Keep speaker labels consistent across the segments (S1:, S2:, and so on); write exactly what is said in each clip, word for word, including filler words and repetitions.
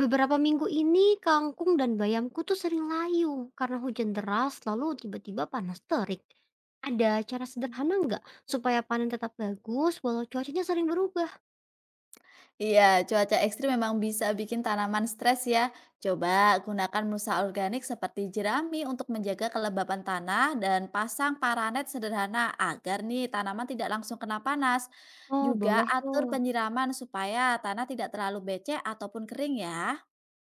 S1: Beberapa minggu ini kangkung dan bayamku tuh sering layu karena hujan deras lalu tiba-tiba panas terik. Ada cara sederhana nggak supaya panen tetap bagus walau cuacanya sering berubah?
S2: Iya, cuaca ekstrim memang bisa bikin tanaman stres ya. Coba gunakan mulsa organik seperti jerami untuk menjaga kelembapan tanah dan pasang paranet sederhana agar nih tanaman tidak langsung kena panas.
S1: Oh
S2: Juga
S1: boleh
S2: atur
S1: tuh.
S2: penyiraman supaya tanah tidak terlalu becek ataupun kering ya.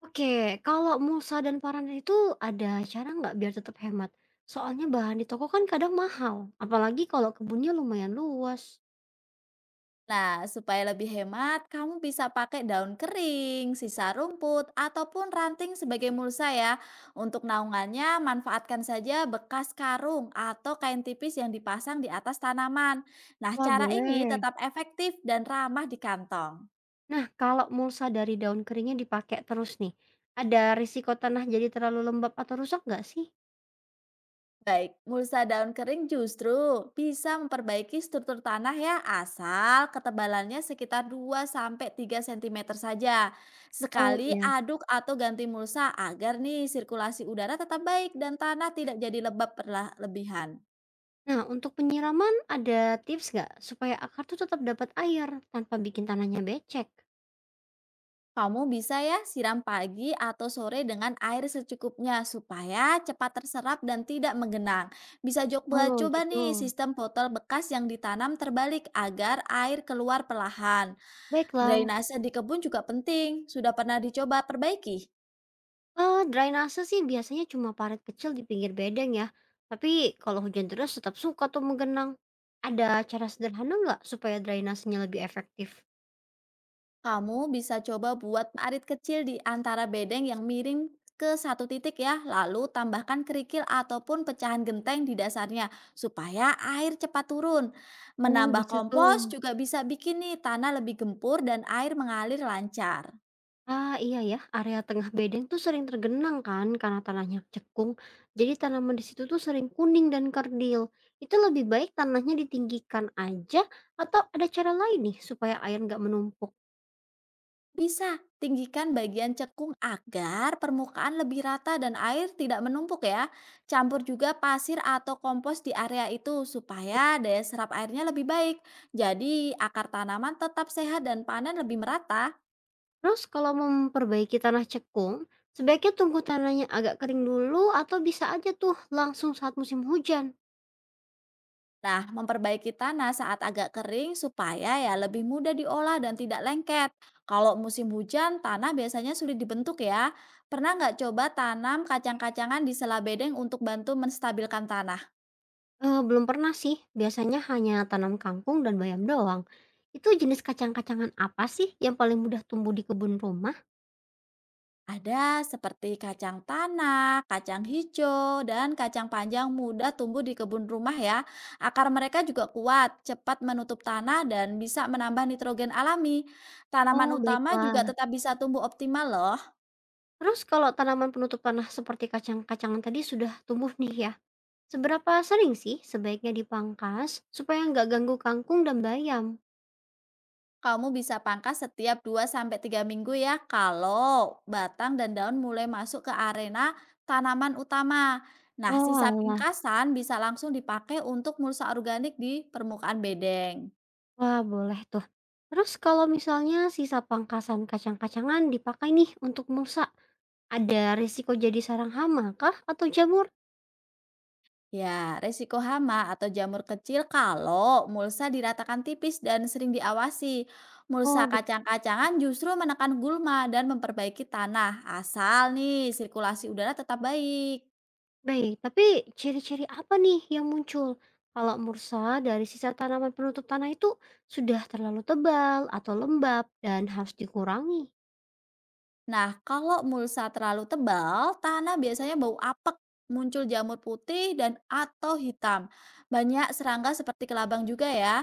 S1: Oke, kalau mulsa dan panen itu ada cara nggak biar tetap hemat? Soalnya bahan di toko kan kadang mahal, apalagi kalau kebunnya lumayan luas.
S2: Nah, supaya lebih hemat, kamu bisa pakai daun kering, sisa rumput, ataupun ranting sebagai mulsa ya. Untuk naungannya, manfaatkan saja bekas karung atau kain tipis yang dipasang di atas tanaman. Nah,
S1: Wah
S2: cara ini
S1: boleh.
S2: tetap efektif dan ramah di kantong.
S1: Nah kalau mulsa dari daun keringnya dipakai terus nih, ada risiko tanah jadi terlalu lembab atau rusak nggak sih?
S2: Baik, mulsa daun kering justru bisa memperbaiki struktur tanah ya, asal ketebalannya sekitar dua sampai tiga sentimeter saja.
S1: Oh,
S2: Sekali
S1: iya.
S2: aduk atau ganti mulsa agar nih sirkulasi udara tetap baik dan tanah tidak jadi lembab berlebihan.
S1: Nah, untuk penyiraman ada tips nggak supaya akar tuh tetap dapat air tanpa bikin tanahnya becek?
S2: Kamu bisa ya siram pagi atau sore dengan air secukupnya supaya cepat terserap dan tidak menggenang. Bisa coba
S1: Oh
S2: coba
S1: gitu.
S2: nih sistem botol bekas yang ditanam terbalik agar air keluar perlahan.
S1: Baiklah,
S2: Drainase di kebun juga penting, sudah pernah dicoba perbaiki.
S1: eh, drainase sih biasanya cuma parit kecil di pinggir bedeng ya. Tapi kalau hujan terus tetap suka tuh menggenang. Ada cara sederhana nggak supaya drainasenya lebih efektif?
S2: Kamu bisa coba buat parit kecil di antara bedeng yang miring ke satu titik ya, lalu tambahkan kerikil ataupun pecahan genteng di dasarnya supaya air cepat turun.
S1: Oh
S2: Menambah
S1: bisa tuh.
S2: kompos juga bisa bikin nih tanah lebih gempur dan air mengalir lancar.
S1: Ah, iya ya, area tengah bedeng tuh sering tergenang kan karena tanahnya cekung. Jadi tanaman di situ tuh sering kuning dan kerdil. Itu lebih baik tanahnya ditinggikan aja atau ada cara lain nih supaya air nggak menumpuk.
S2: Bisa tinggikan bagian cekung agar permukaan lebih rata dan air tidak menumpuk ya. Campur juga pasir atau kompos di area itu supaya daya serap airnya lebih baik. Jadi akar tanaman tetap sehat dan panen lebih merata.
S1: Terus kalau mau memperbaiki tanah cekung, sebaiknya tunggu tanahnya agak kering dulu atau bisa aja tuh langsung saat musim hujan.
S2: Nah, memperbaiki tanah saat agak kering supaya ya lebih mudah diolah dan tidak lengket. Kalau musim hujan, tanah biasanya sulit dibentuk ya. Pernah nggak coba tanam kacang-kacangan di sela bedeng untuk bantu menstabilkan tanah?
S1: Eh, belum pernah sih, biasanya hanya tanam kangkung dan bayam doang. Itu jenis kacang-kacangan apa sih yang paling mudah tumbuh di kebun rumah?
S2: Ada seperti kacang tanah, kacang hijau, dan kacang panjang mudah tumbuh di kebun rumah ya. Akar mereka juga kuat, cepat menutup tanah dan bisa menambah nitrogen alami.
S1: Oh,
S2: Tanaman utama
S1: baiklah.
S2: juga tetap bisa tumbuh optimal loh.
S1: Terus kalau tanaman penutup tanah seperti kacang-kacangan tadi sudah tumbuh nih ya, seberapa sering sih sebaiknya dipangkas supaya nggak ganggu kangkung dan bayam?
S2: Kamu bisa pangkas setiap dua sampai tiga minggu ya kalau batang dan daun mulai masuk ke arena tanaman utama. Nah,
S1: Oh
S2: sisa
S1: alah,
S2: pingkasan bisa langsung dipakai untuk mulsa organik di permukaan bedeng.
S1: wah boleh tuh. Terus kalau misalnya sisa pangkasan kacang-kacangan dipakai nih untuk mulsa, ada risiko jadi sarang hama kah atau jamur?
S2: Ya, resiko hama atau jamur kecil kalau mulsa diratakan tipis dan sering diawasi.
S1: Oh
S2: Mulsa
S1: bi-
S2: kacang-kacangan justru menekan gulma dan memperbaiki tanah, asal nih sirkulasi udara tetap baik.
S1: Baik, tapi ciri-ciri apa nih yang muncul kalau mursa dari sisa tanaman penutup tanah itu sudah terlalu tebal atau lembab dan harus dikurangi?
S2: Nah, kalau mulsa terlalu tebal, tanah biasanya bau apek, muncul jamur putih dan atau hitam. Banyak serangga seperti kelabang juga ya.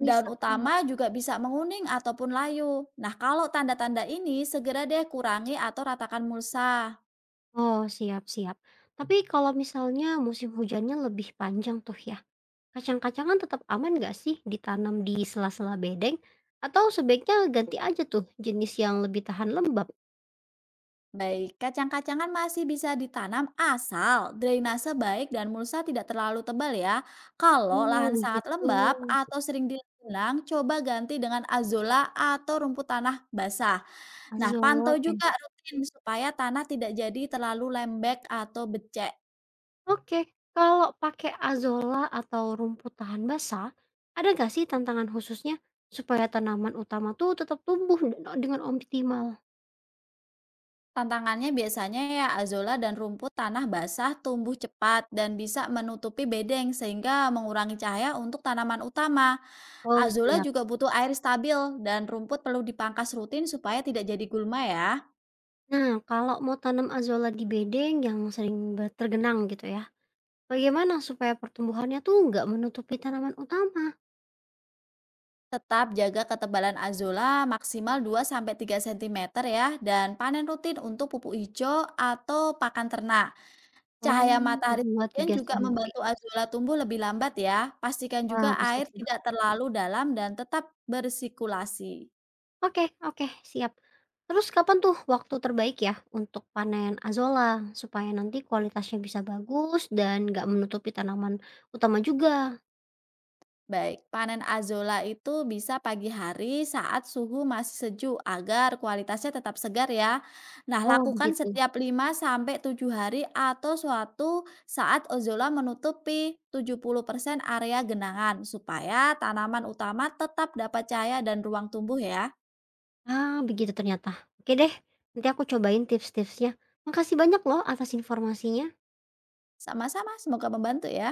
S1: Ini
S2: Daun
S1: sering ya?
S2: utama juga bisa menguning ataupun layu. Nah, kalau tanda-tanda ini segera deh kurangi atau ratakan mulsa.
S1: Oh, siap siap. Tapi kalau misalnya musim hujannya lebih panjang tuh ya, kacang-kacangan tetap aman nggak sih ditanam di sela-sela bedeng? Atau sebaiknya ganti aja tuh jenis yang lebih tahan lembab?
S2: Baik, kacang-kacangan masih bisa ditanam asal drainase baik dan mulsa tidak terlalu tebal ya. Kalau
S1: Oh,
S2: lahan sangat
S1: begitu.
S2: lembab atau sering direndam, coba ganti dengan azolla atau rumput tanah basah. Nah,
S1: Azolla
S2: pantau
S1: ya.
S2: juga rutin supaya tanah tidak jadi terlalu lembek atau becek.
S1: Oke, kalau pakai azolla atau rumput tahan basah, ada nggak sih tantangan khususnya supaya tanaman utama tuh tetap tumbuh dengan optimal?
S2: Tantangannya biasanya ya azolla dan rumput tanah basah tumbuh cepat dan bisa menutupi bedeng sehingga mengurangi cahaya untuk tanaman utama.
S1: Oh,
S2: Azula
S1: siap.
S2: juga butuh air stabil dan rumput perlu dipangkas rutin supaya tidak jadi gulma ya.
S1: Nah, kalau mau tanam azolla di bedeng yang sering ber- tergenang gitu ya, bagaimana supaya pertumbuhannya tuh nggak menutupi tanaman utama?
S2: Tetap jaga ketebalan azola maksimal dua sampai tiga sentimeter ya dan panen rutin untuk pupuk hijau atau pakan ternak.
S1: Oh,
S2: Cahaya matahari
S1: dua
S2: kemudian
S1: tiga
S2: juga
S1: senti.
S2: membantu azola tumbuh lebih lambat ya. Pastikan
S1: Wah,
S2: juga
S1: bisa
S2: air
S1: tuh.
S2: tidak terlalu dalam dan tetap bersikulasi.
S1: Oke, oke, siap. Terus kapan tuh waktu terbaik ya untuk panen azolla supaya nanti kualitasnya bisa bagus dan nggak menutupi tanaman utama juga?
S2: Baik, panen azolla itu bisa pagi hari saat suhu masih sejuk agar kualitasnya tetap segar ya. Nah,
S1: Oh,
S2: lakukan
S1: begitu.
S2: setiap lima sampai tujuh hari atau suatu saat ozola menutupi tujuh puluh persen area genangan supaya tanaman utama tetap dapat cahaya dan ruang tumbuh ya.
S1: Ah, begitu ternyata. Oke deh, nanti aku cobain tips-tipsnya. Makasih banyak loh atas informasinya.
S2: Sama-sama, semoga membantu ya.